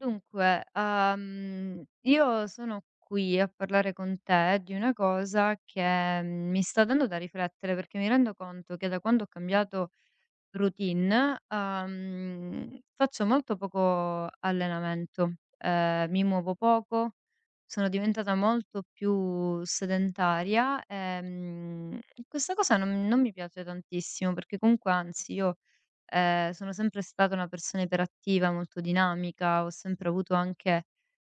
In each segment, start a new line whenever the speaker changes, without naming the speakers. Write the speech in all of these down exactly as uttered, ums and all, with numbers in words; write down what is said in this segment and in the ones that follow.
Dunque, uhm, io sono qui a parlare con te di una cosa che mm, mi sta dando da riflettere, perché mi rendo conto che da quando ho cambiato routine, uhm, faccio molto poco allenamento, ehm, mi muovo poco, sono diventata molto più sedentaria, ehm, e mm, questa cosa non non mi piace tantissimo, perché comunque anzi io Ehm, sono sempre stata una persona iperattiva, molto dinamica, ho sempre avuto anche,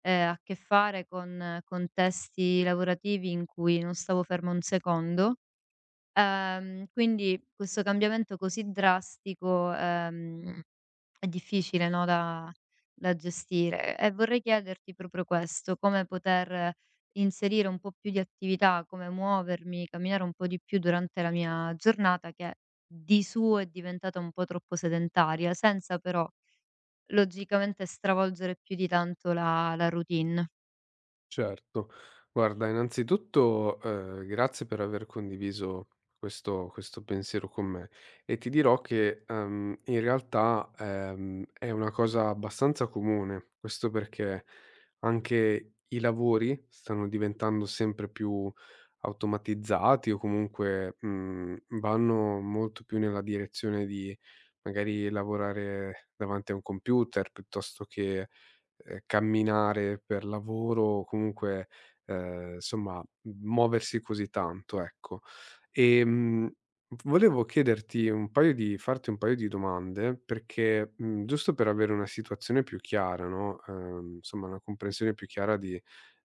ehm, a che fare con contesti lavorativi in cui non stavo ferma un secondo. Ehm, quindi questo cambiamento così drastico, ehm è difficile, no, da da gestire. E vorrei chiederti proprio questo, come poter inserire un po' più di attività, come muovermi, camminare un po' di più durante la mia giornata che di suo è diventata un po' troppo sedentaria, senza però logicamente stravolgere più di tanto la la routine.
Certo. Guarda, innanzitutto, ehm, grazie per aver condiviso questo questo pensiero con me e ti dirò che, ehm, in realtà, ehm, è una cosa abbastanza comune. Questo perché anche i lavori stanno diventando sempre più automatizzati o comunque, mhmm, vanno molto più nella direzione di magari lavorare davanti a un computer piuttosto che ehm, camminare per lavoro o comunque, ehm, insomma, muoversi così tanto, ecco. Ehm, v volevo chiederti un paio di farti un paio di domande perché, mhmm, giusto per avere una situazione più chiara, no, ehm, insomma una comprensione più chiara di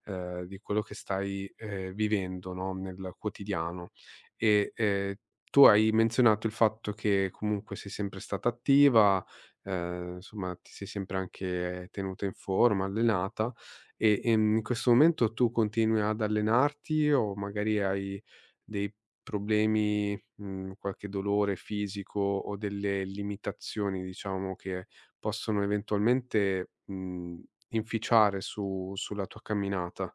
ehm, di quello che stai, ehm, vivendo, no, nel quotidiano. E, ehm, Tu hai menzionato il fatto che comunque sei sempre stata attiva, ehm, insomma ti sei sempre anche tenuta in forma, allenata e, ehm, in questo momento tu continui ad allenarti o magari hai dei problemi, mhmm, qualche dolore fisico o delle limitazioni diciamo che possono eventualmente, mhmm, inficiare su sulla tua camminata?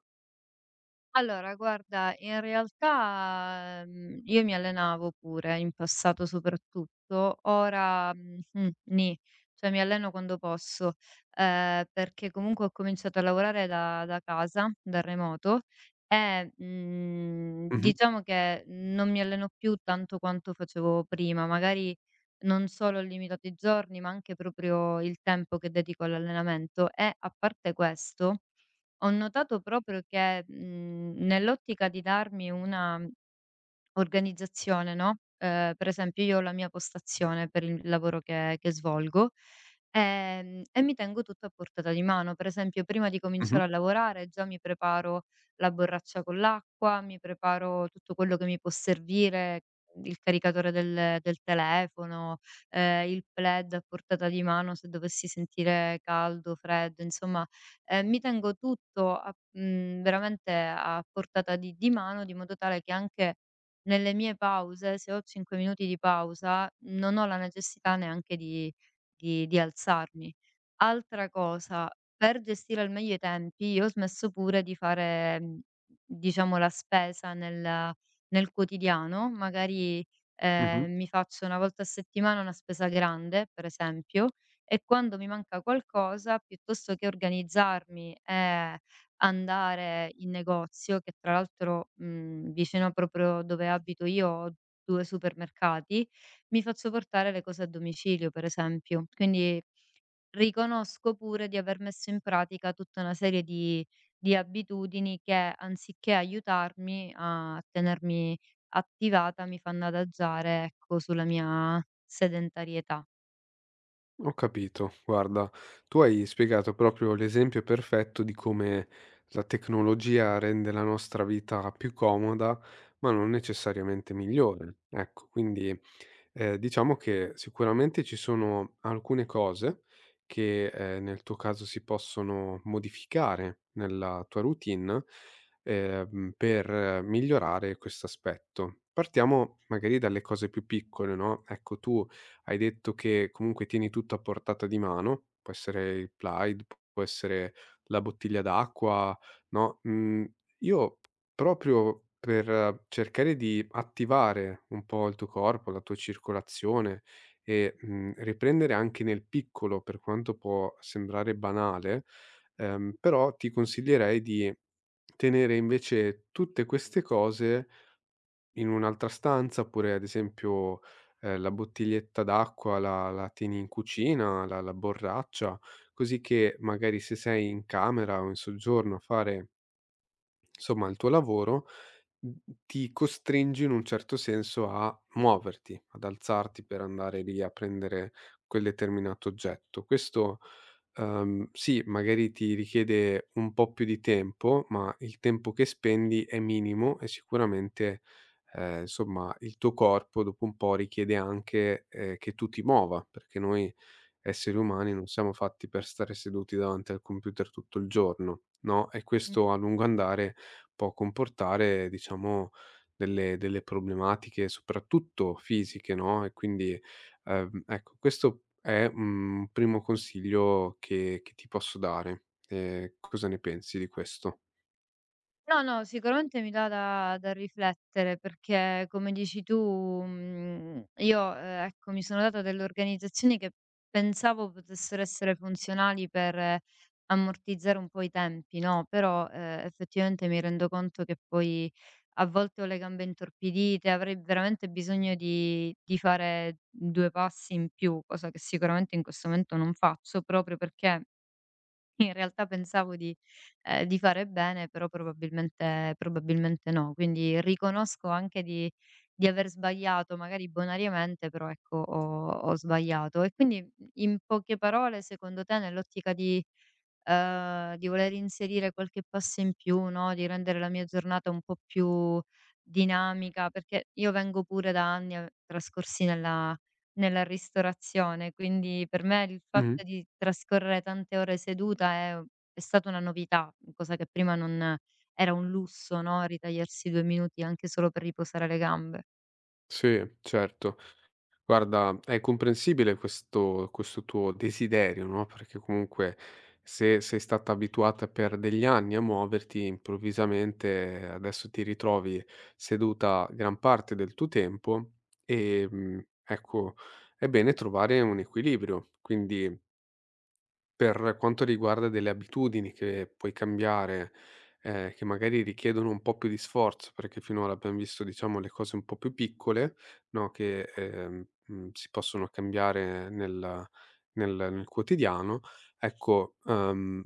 Allora guarda, in realtà, mhmm, io mi allenavo pure, in passato soprattutto, ora, mhmm, mh, nì, cioè mi alleno quando posso, ehm, perché comunque ho cominciato a lavorare da da casa, da remoto e, mhmm,
Mh-mh,
diciamo che non mi alleno più tanto quanto facevo prima, magari non solo ho limitato i giorni, ma anche proprio il tempo che dedico all'allenamento e a parte questo ho notato proprio che, mhmm, nell'ottica di darmi una organizzazione, no, ehm, per esempio io ho la mia postazione per il lavoro che che svolgo, ehm, e mi tengo tutto a portata di mano. Per esempio prima di
mh-mh,
cominciare a lavorare già mi preparo la borraccia con l'acqua, mi preparo tutto quello che mi può servire, il caricatore del del telefono, ehm, il plaid a portata di mano se dovessi sentire caldo, freddo, insomma, ehm, mi tengo tutto a mhmm, veramente a portata di di mano, di modo tale che anche nelle mie pause, se ho cinque minuti di pausa, non ho la necessità neanche di di di alzarmi. Altra cosa, per gestire al meglio i tempi, io ho smesso pure di fare, mhmm, diciamo la spesa nel nel quotidiano, magari,
mh-mh.
ehm, mi faccio una volta a settimana una spesa grande, per esempio, e quando mi manca qualcosa, piuttosto che organizzarmi e andare in negozio, che tra l'altro, mhmm, vicino proprio dove abito io ho due supermercati, mi faccio portare le cose a domicilio, per esempio. Quindi riconosco pure di aver messo in pratica tutta una serie di di abitudini che, anziché aiutarmi a tenermi attivata, mi fanno adagiare, ecco, sulla mia sedentarietà.
Ho capito. Guarda, tu hai spiegato proprio l'esempio perfetto di come la tecnologia rende la nostra vita più comoda, ma non necessariamente migliore. Ecco, quindi Ehm, diciamo che sicuramente ci sono alcune cose che, ehm, nel tuo caso si possono modificare nella tua routine, ehm, per migliorare questo aspetto. Partiamo magari dalle cose più piccole, no, ecco tu hai detto che comunque tieni tutto a portata di mano, può essere il plaid, può essere la bottiglia d'acqua, no, mhmm, io Proprio per eh, cercare di attivare un po' il tuo corpo, la tua circolazione e, mhmm, riprendere anche nel piccolo, per quanto può sembrare banale, ehm, però ti consiglierei di tenere invece tutte queste cose in un'altra stanza, oppure ad esempio, ehm, la bottiglietta d'acqua la la tieni in cucina, la la borraccia, così che magari se sei in camera o in soggiorno a fare, insomma, il tuo lavoro, Mh, ti costringe in un certo senso a muoverti, ad alzarti per andare lì a prendere quel determinato oggetto. Questo Uhm, sì, magari ti richiede un po' più di tempo, ma il tempo che spendi è minimo e sicuramente, ehm, insomma, il tuo corpo dopo un po' richiede anche, ehm, che tu ti muova, perché noi esseri umani non siamo fatti per stare seduti davanti al computer tutto il giorno, no, e questo a lungo andare può comportare, diciamo, delle delle problematiche soprattutto fisiche, no, e quindi Ehm, ecco, questo è mhmm, un primo consiglio che che ti posso dare. Ehm, cosa ne pensi di questo?
No, no, sicuramente mi dà da da riflettere perché come dici tu, mhmm, io, ehm, ecco, mi sono data delle organizzazioni che pensavo potessero essere funzionali per eh, ammortizzare un po' i tempi, no, però, ehm, effettivamente mi rendo conto che poi a volte ho le gambe intorpidite, avrei veramente bisogno di di fare due passi in più, cosa che sicuramente in questo momento non faccio proprio perché in realtà pensavo di ehm, di fare bene, però probabilmente probabilmente no. Quindi riconosco anche di di aver sbagliato, magari bonariamente, però ecco ho ho sbagliato. E quindi, in poche parole, secondo te, nell'ottica di ehm, di voler inserire qualche passo in più, no, di rendere la mia giornata un po' più dinamica, perché io vengo pure da anni a trascorsi nella nella ristorazione, quindi per me il
Mh-mh.
fatto di trascorrere tante ore seduta è u è stata una novità, cosa che prima non era un lusso, no, ritagliarsi due minuti anche solo per riposare le gambe.
Sì, certo. Guarda, è comprensibile questo questo tuo desiderio, no, perché comunque se sei stata abituata per degli anni a muoverti, improvvisamente adesso ti ritrovi seduta gran parte del tuo tempo, ehm, ecco, è bene trovare un equilibrio. Quindi Per quanto riguarda delle abitudini che puoi cambiare, ehm, che magari richiedono un po' più di sforzo, perché finora abbiam visto, diciamo, le cose un po' più piccole, no, che, ehm, mhmm, si possono cambiare nel nel nel quotidiano, ecco, uhm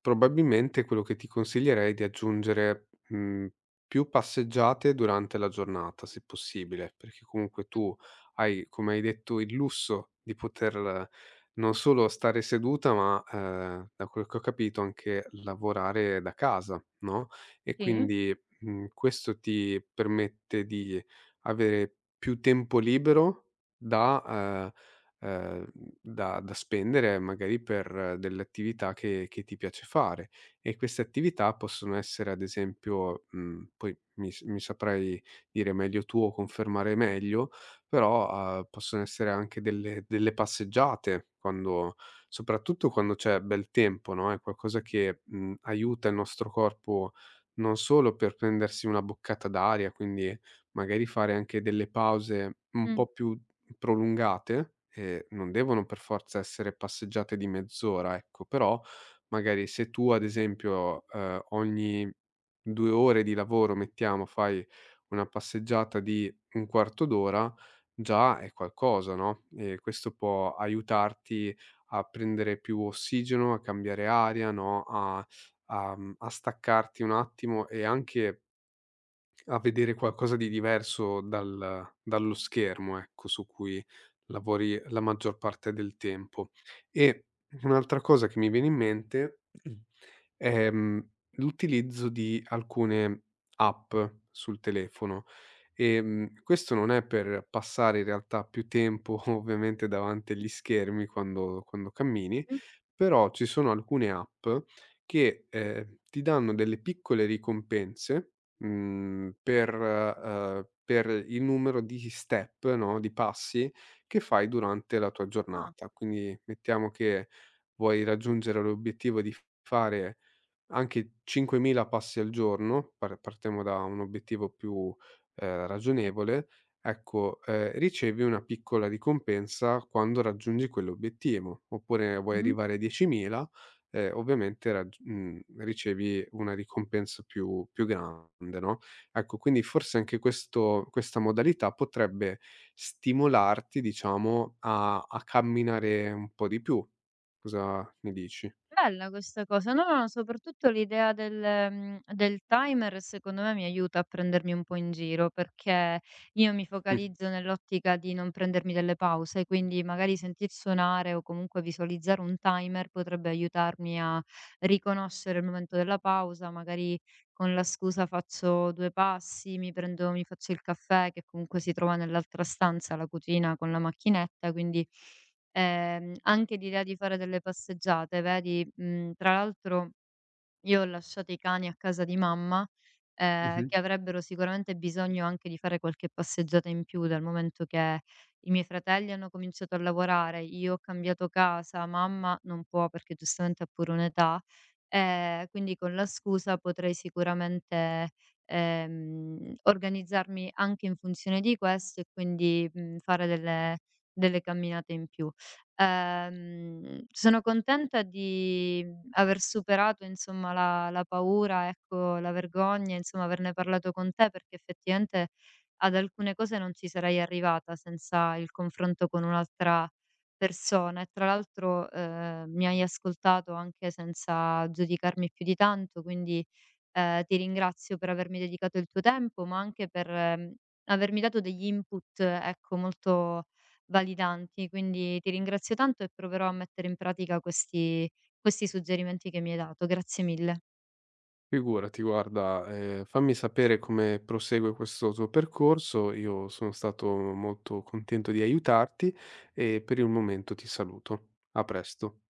probabilmente quello che ti consiglierei è di aggiungere, mhmm, più passeggiate durante la giornata, se possibile, perché comunque tu hai, come hai detto, il lusso di poter eh, non solo stare seduta, ma, ehm, da quel che ho capito anche lavorare da casa, no, e
Sì?
quindi, mhmm, questo ti permette di avere più tempo libero da, ehm, ehm, da da spendere magari per eh, delle attività che che ti piace fare. E queste attività possono essere ad esempio mhmm, poi mi s mi saprai dire meglio tu o confermare meglio, però, uhm, possono essere anche delle delle passeggiate quando soprattutto quando c'è bel tempo, no, è qualcosa che, mhmm, aiuta il nostro corpo non solo per prendersi una boccata d'aria, quindi magari fare anche delle pause un
Mh.
po' più prolungate, ehm, non devono per forza essere passeggiate di mezz'ora, ecco, però magari se tu ad esempio, ehm, ogni due ore di lavoro, mettiamo, fai una passeggiata di un quarto d'ora, già è qualcosa, no, e questo può aiutarti a prendere più ossigeno, a cambiare aria, no, a a mhmm, a staccarti un attimo e anche a vedere qualcosa di diverso dal dallo schermo, ecco, su cui lavori la maggior parte del tempo. E un'altra cosa che mi viene in mente è, mhmm, l'utilizzo di alcune app sul telefono. Ehm, questo non è per passare in realtà più tempo ovviamente davanti agli schermi quando quando cammini,
Mh.
però ci sono alcune app che, ehm, ti danno delle piccole ricompense, mhmm, per uhm, per il numero di step, no, di passi che fai durante la tua
Ah,
giornata. Quindi mettiamo che vuoi raggiungere l'obiettivo di fare anche cinquemila passi al giorno, par partiamo da un obiettivo più, ehm,
sì.
ragionevole, ecco, ehm, ricevi una piccola ricompensa quando raggiungi quell'obiettivo. Oppure vuoi
Mh-mh.
arrivare a diecimila, ehm, ovviamente ragg mhmm, ricevi una ricompensa più più grande, no, ecco, quindi forse anche questo questa modalità potrebbe stimolarti, diciamo, a a camminare un po' di più. Cosa ne dici?
Bella questa cosa. No, no, no, soprattutto l'idea del mhmm, del timer secondo me mi aiuta a prendermi un po' in giro, perché io mi
Mh.
focalizzo nell'ottica di non prendermi delle pause, quindi magari sentir suonare o comunque visualizzare un timer potrebbe aiutarmi a riconoscere il momento della pausa, magari con la scusa faccio due passi, mi prendo mi faccio il caffè che comunque si trova nell'altra stanza, la cucina con la macchinetta, quindi Ehm, anche l'idea di fare delle passeggiate, vedi, mhmm, tra l'altro io ho lasciato i cani a casa di mamma, ehm,
Mh-mh.
che avrebbero sicuramente bisogno anche di fare qualche passeggiata in più, dal momento che i miei fratelli hanno cominciato a lavorare, io ho cambiato casa, mamma non può perché giustamente ha pure un'età Ehm, Quindi con la scusa potrei sicuramente, ehm, organizzarmi anche in funzione di questo e quindi, mhmm, fare delle delle camminate in più. Ehm, sono contenta di mhmm, aver superato insomma la la paura, ecco, la vergogna, insomma averne parlato con te perché effettivamente ad alcune cose non ci sarei arrivata senza il confronto con un'altra persona e tra l'altro eh, mi hai ascoltato anche senza giudicarmi più di tanto, quindi eh, ti ringrazio per avermi dedicato il tuo tempo, ma anche per ehm, avermi dato degli input, eh, ecco, molto validanti, quindi ti ringrazio tanto e proverò a mettere in pratica questi questi suggerimenti che mi hai dato. Grazie mille.
Figurati, guarda, ehm, fammi sapere come prosegue questo tuo percorso. Io sono stato molto contento di aiutarti e per il momento ti saluto. A presto.